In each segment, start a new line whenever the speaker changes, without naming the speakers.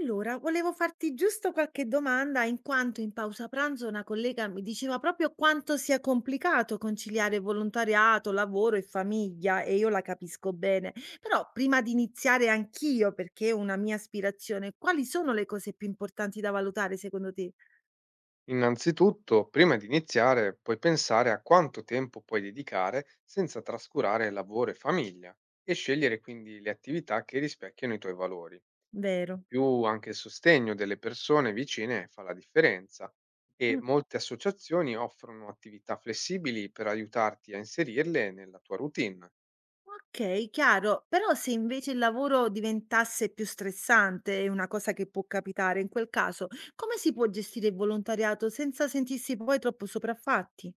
Allora, volevo farti giusto qualche domanda, in quanto in pausa pranzo una collega mi diceva proprio quanto sia complicato conciliare volontariato, lavoro e famiglia, e io la capisco bene. Però prima di iniziare anch'io, perché è una mia aspirazione, quali sono le cose più importanti da valutare secondo te?
Innanzitutto, prima di iniziare, puoi pensare a quanto tempo puoi dedicare senza trascurare lavoro e famiglia e scegliere quindi le attività che rispecchiano i tuoi valori.
Vero?
Più anche il sostegno delle persone vicine fa la differenza e
Mm.
molte associazioni offrono attività flessibili per aiutarti a inserirle nella tua routine.
Okay, chiaro. Però se invece il lavoro diventasse più stressante, è una cosa che può capitare, in quel caso come si può gestire il volontariato senza sentirsi poi troppo sopraffatti?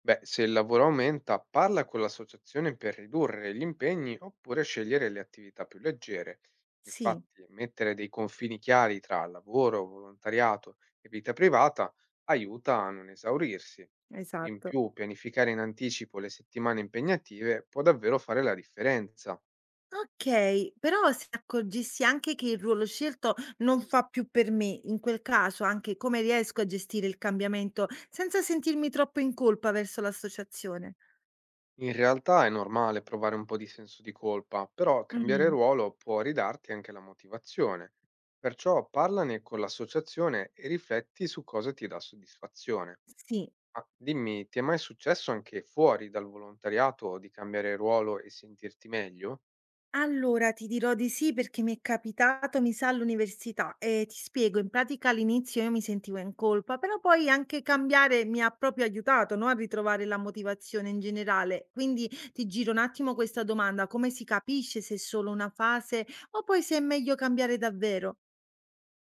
Beh, se il lavoro aumenta, parla con l'associazione per ridurre gli impegni oppure scegliere le attività più leggere.
Sì,
Infatti, mettere dei confini chiari tra lavoro, volontariato e vita privata aiuta a non esaurirsi. In
esatto.
più, pianificare in anticipo le settimane impegnative può davvero fare la differenza.
Okay, però se accorgessi anche che il ruolo scelto non fa più per me, in quel caso anche come riesco a gestire il cambiamento senza sentirmi troppo in colpa verso l'associazione?
In realtà è normale provare un po' di senso di colpa, però cambiare
Mh,
ruolo può ridarti anche la motivazione. Perciò parlane con l'associazione e rifletti su cosa ti dà soddisfazione.
sì.
Ma dimmi, ti è mai successo anche fuori dal volontariato di cambiare ruolo e sentirti meglio?
Allora, ti dirò di sì perché mi è capitato, mi sa, all'università. E ti spiego, in pratica all'inizio io mi sentivo in colpa, però poi anche cambiare mi ha proprio aiutato, no, a ritrovare la motivazione in generale. Quindi ti giro un attimo questa domanda, come si capisce se è solo una fase o poi se è meglio cambiare davvero?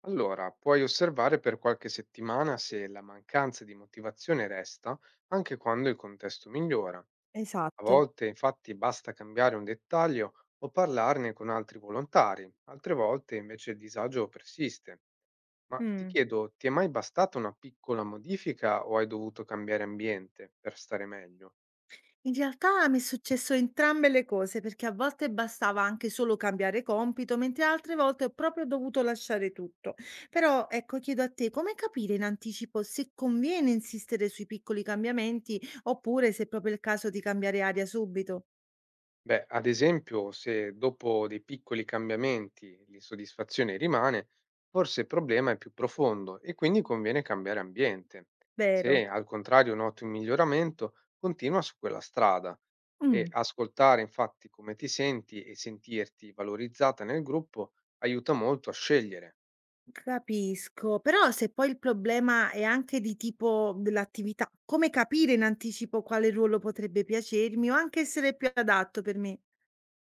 Allora, puoi osservare per qualche settimana se la mancanza di motivazione resta anche quando il contesto migliora. A
Esatto.
volte infatti basta cambiare un dettaglio o parlarne con altri volontari, altre volte invece il disagio persiste. Ma ti
Mm.
chiedo, ti è mai bastata una piccola modifica o hai dovuto cambiare ambiente per stare meglio?
In realtà mi è successo entrambe le cose, perché a volte bastava anche solo cambiare compito, mentre altre volte ho proprio dovuto lasciare tutto. Però, ecco, chiedo a te, come capire in anticipo se conviene insistere sui piccoli cambiamenti oppure se è proprio il caso di cambiare aria subito?
Beh, ad esempio, se dopo dei piccoli cambiamenti l'insoddisfazione rimane, forse il problema è più profondo e quindi conviene cambiare ambiente.
Vero?
Se al contrario noti un miglioramento, continua su quella strada e
Mm,
ascoltare infatti come ti senti e sentirti valorizzata nel gruppo aiuta molto a scegliere.
capisco. Però se poi il problema è anche di tipo dell'attività, come capire in anticipo quale ruolo potrebbe piacermi o anche essere più adatto per me?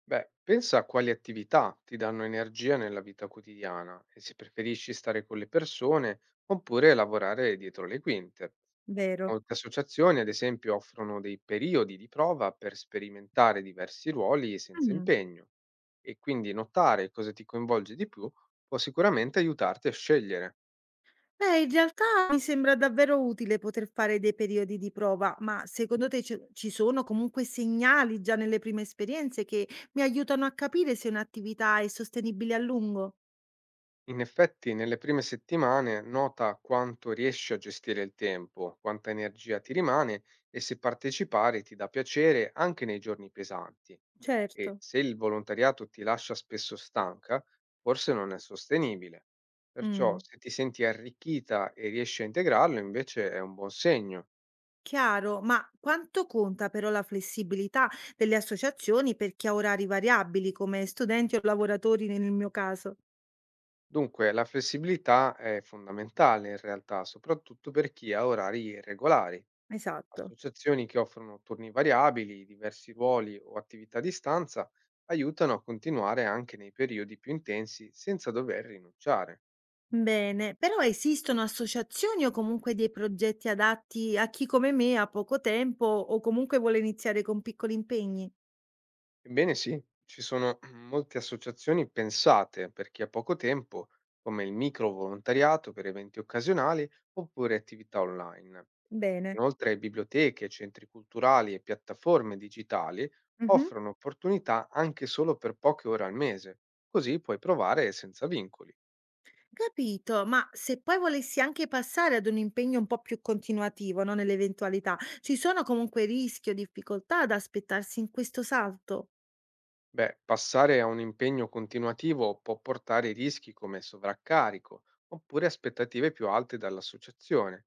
Beh, pensa a quali attività ti danno energia nella vita quotidiana e se preferisci stare con le persone oppure lavorare dietro le quinte.
Vero?
Molte associazioni, ad esempio, offrono dei periodi di prova per sperimentare diversi ruoli senza impegno e quindi notare cosa ti coinvolge di più può sicuramente aiutarti a scegliere.
Beh, in realtà mi sembra davvero utile poter fare dei periodi di prova, ma secondo te ci sono comunque segnali già nelle prime esperienze che mi aiutano a capire se un'attività è sostenibile a lungo?
In effetti, nelle prime settimane nota quanto riesci a gestire il tempo, quanta energia ti rimane e se partecipare ti dà piacere anche nei giorni pesanti. E
Certo.
se il volontariato ti lascia spesso stanca, forse non è sostenibile. Perciò,
Mm,
se ti senti arricchita e riesci a integrarlo, invece è un buon segno.
chiaro, ma quanto conta però la flessibilità delle associazioni per chi ha orari variabili, come studenti o lavoratori nel mio caso?
Dunque, la flessibilità è fondamentale in realtà, soprattutto per chi ha orari regolari.
Esatto.
Associazioni che offrono turni variabili, diversi ruoli o attività a distanza aiutano a continuare anche nei periodi più intensi senza dover rinunciare.
Bene, però esistono associazioni o comunque dei progetti adatti a chi come me ha poco tempo o comunque vuole iniziare con piccoli impegni?
Ebbene sì, ci sono molte associazioni pensate per chi ha poco tempo, come il micro volontariato per eventi occasionali oppure attività online.
Bene,
Inoltre biblioteche, centri culturali e piattaforme digitali
mhm,
offrono opportunità anche solo per poche ore al mese, così puoi provare senza vincoli.
capito, ma se poi volessi anche passare ad un impegno un po' più continuativo, no, nell'eventualità, ci sono comunque rischi o difficoltà ad aspettarsi in questo salto?
Beh, passare a un impegno continuativo può portare rischi come sovraccarico oppure aspettative più alte dall'associazione.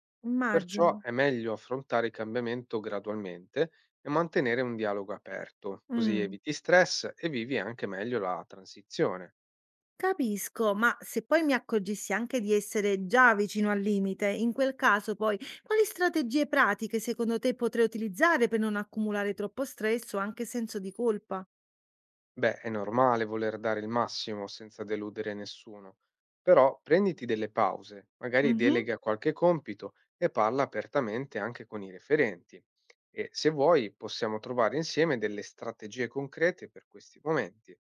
Perciò
Immagino.
è meglio affrontare il cambiamento gradualmente e mantenere un dialogo aperto, così
Mm.
eviti stress e vivi anche meglio la transizione.
Capisco, ma se poi mi accorgessi anche di essere già vicino al limite, in quel caso poi quali strategie pratiche secondo te potrei utilizzare per non accumulare troppo stress o anche senso di colpa?
Beh, è normale voler dare il massimo senza deludere nessuno, però prenditi delle pause, magari
Mhm.
delega qualche compito e parla apertamente anche con i referenti. E se vuoi possiamo trovare insieme delle strategie concrete per questi momenti.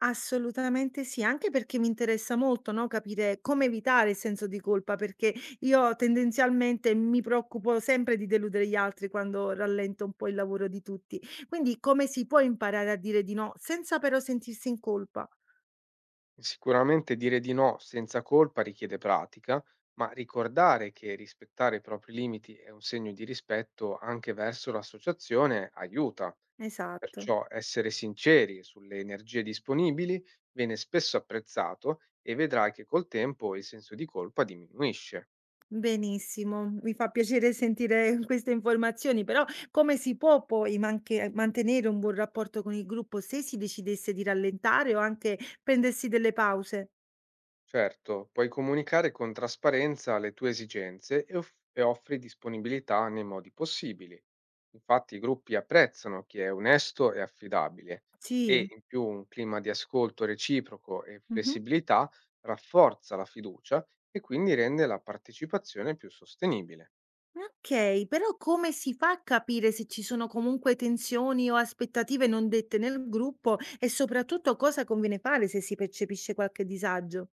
Assolutamente sì, anche perché mi interessa molto, no, capire come evitare il senso di colpa, perché io tendenzialmente mi preoccupo sempre di deludere gli altri quando rallento un po' il lavoro di tutti. Quindi come si può imparare a dire di no senza però sentirsi in colpa?
Sicuramente dire di no senza colpa richiede pratica, ma ricordare che rispettare i propri limiti è un segno di rispetto anche verso l'associazione aiuta.
Esatto.
Perciò essere sinceri sulle energie disponibili viene spesso apprezzato e vedrai che col tempo il senso di colpa diminuisce.
Benissimo, mi fa piacere sentire queste informazioni, però come si può poi mantenere un buon rapporto con il gruppo se si decidesse di rallentare o anche prendersi delle pause?
Certo, puoi comunicare con trasparenza le tue esigenze e, e offri disponibilità nei modi possibili. Infatti i gruppi apprezzano chi è onesto e affidabile e
Sì.
in più un clima di ascolto reciproco e
Mhm.
flessibilità rafforza la fiducia e quindi rende la partecipazione più sostenibile.
Ok, però come si fa a capire se ci sono comunque tensioni o aspettative non dette nel gruppo e soprattutto cosa conviene fare se si percepisce qualche disagio?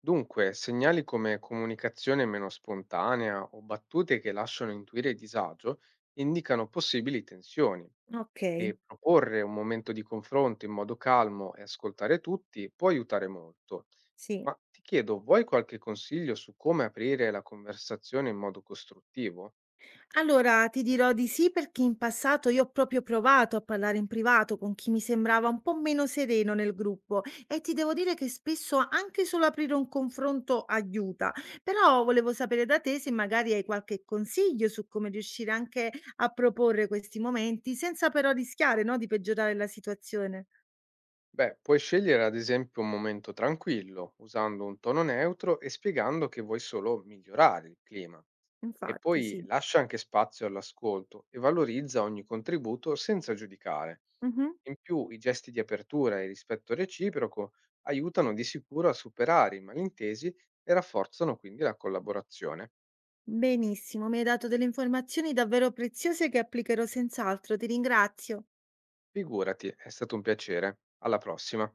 Dunque, segnali come comunicazione meno spontanea o battute che lasciano intuire disagio indicano possibili tensioni
Ok,
e proporre un momento di confronto in modo calmo e ascoltare tutti può aiutare molto.
sì.
Ma ti chiedo, vuoi qualche consiglio su come aprire la conversazione in modo costruttivo?
Allora, ti dirò di sì perché in passato io ho proprio provato a parlare in privato con chi mi sembrava un po' meno sereno nel gruppo e ti devo dire che spesso anche solo aprire un confronto aiuta. Però volevo sapere da te se magari hai qualche consiglio su come riuscire anche a proporre questi momenti senza però rischiare, no, di peggiorare la situazione.
Beh, puoi scegliere ad esempio un momento tranquillo, usando un tono neutro e spiegando che vuoi solo migliorare il clima. E
Infatti,
poi
sì.
lascia anche spazio all'ascolto e valorizza ogni contributo senza giudicare.
Mhm.
In più, i gesti di apertura e il rispetto reciproco aiutano di sicuro a superare i malintesi e rafforzano quindi la collaborazione.
Benissimo, mi hai dato delle informazioni davvero preziose che applicherò senz'altro. Ti ringrazio.
Figurati, è stato un piacere. Alla prossima.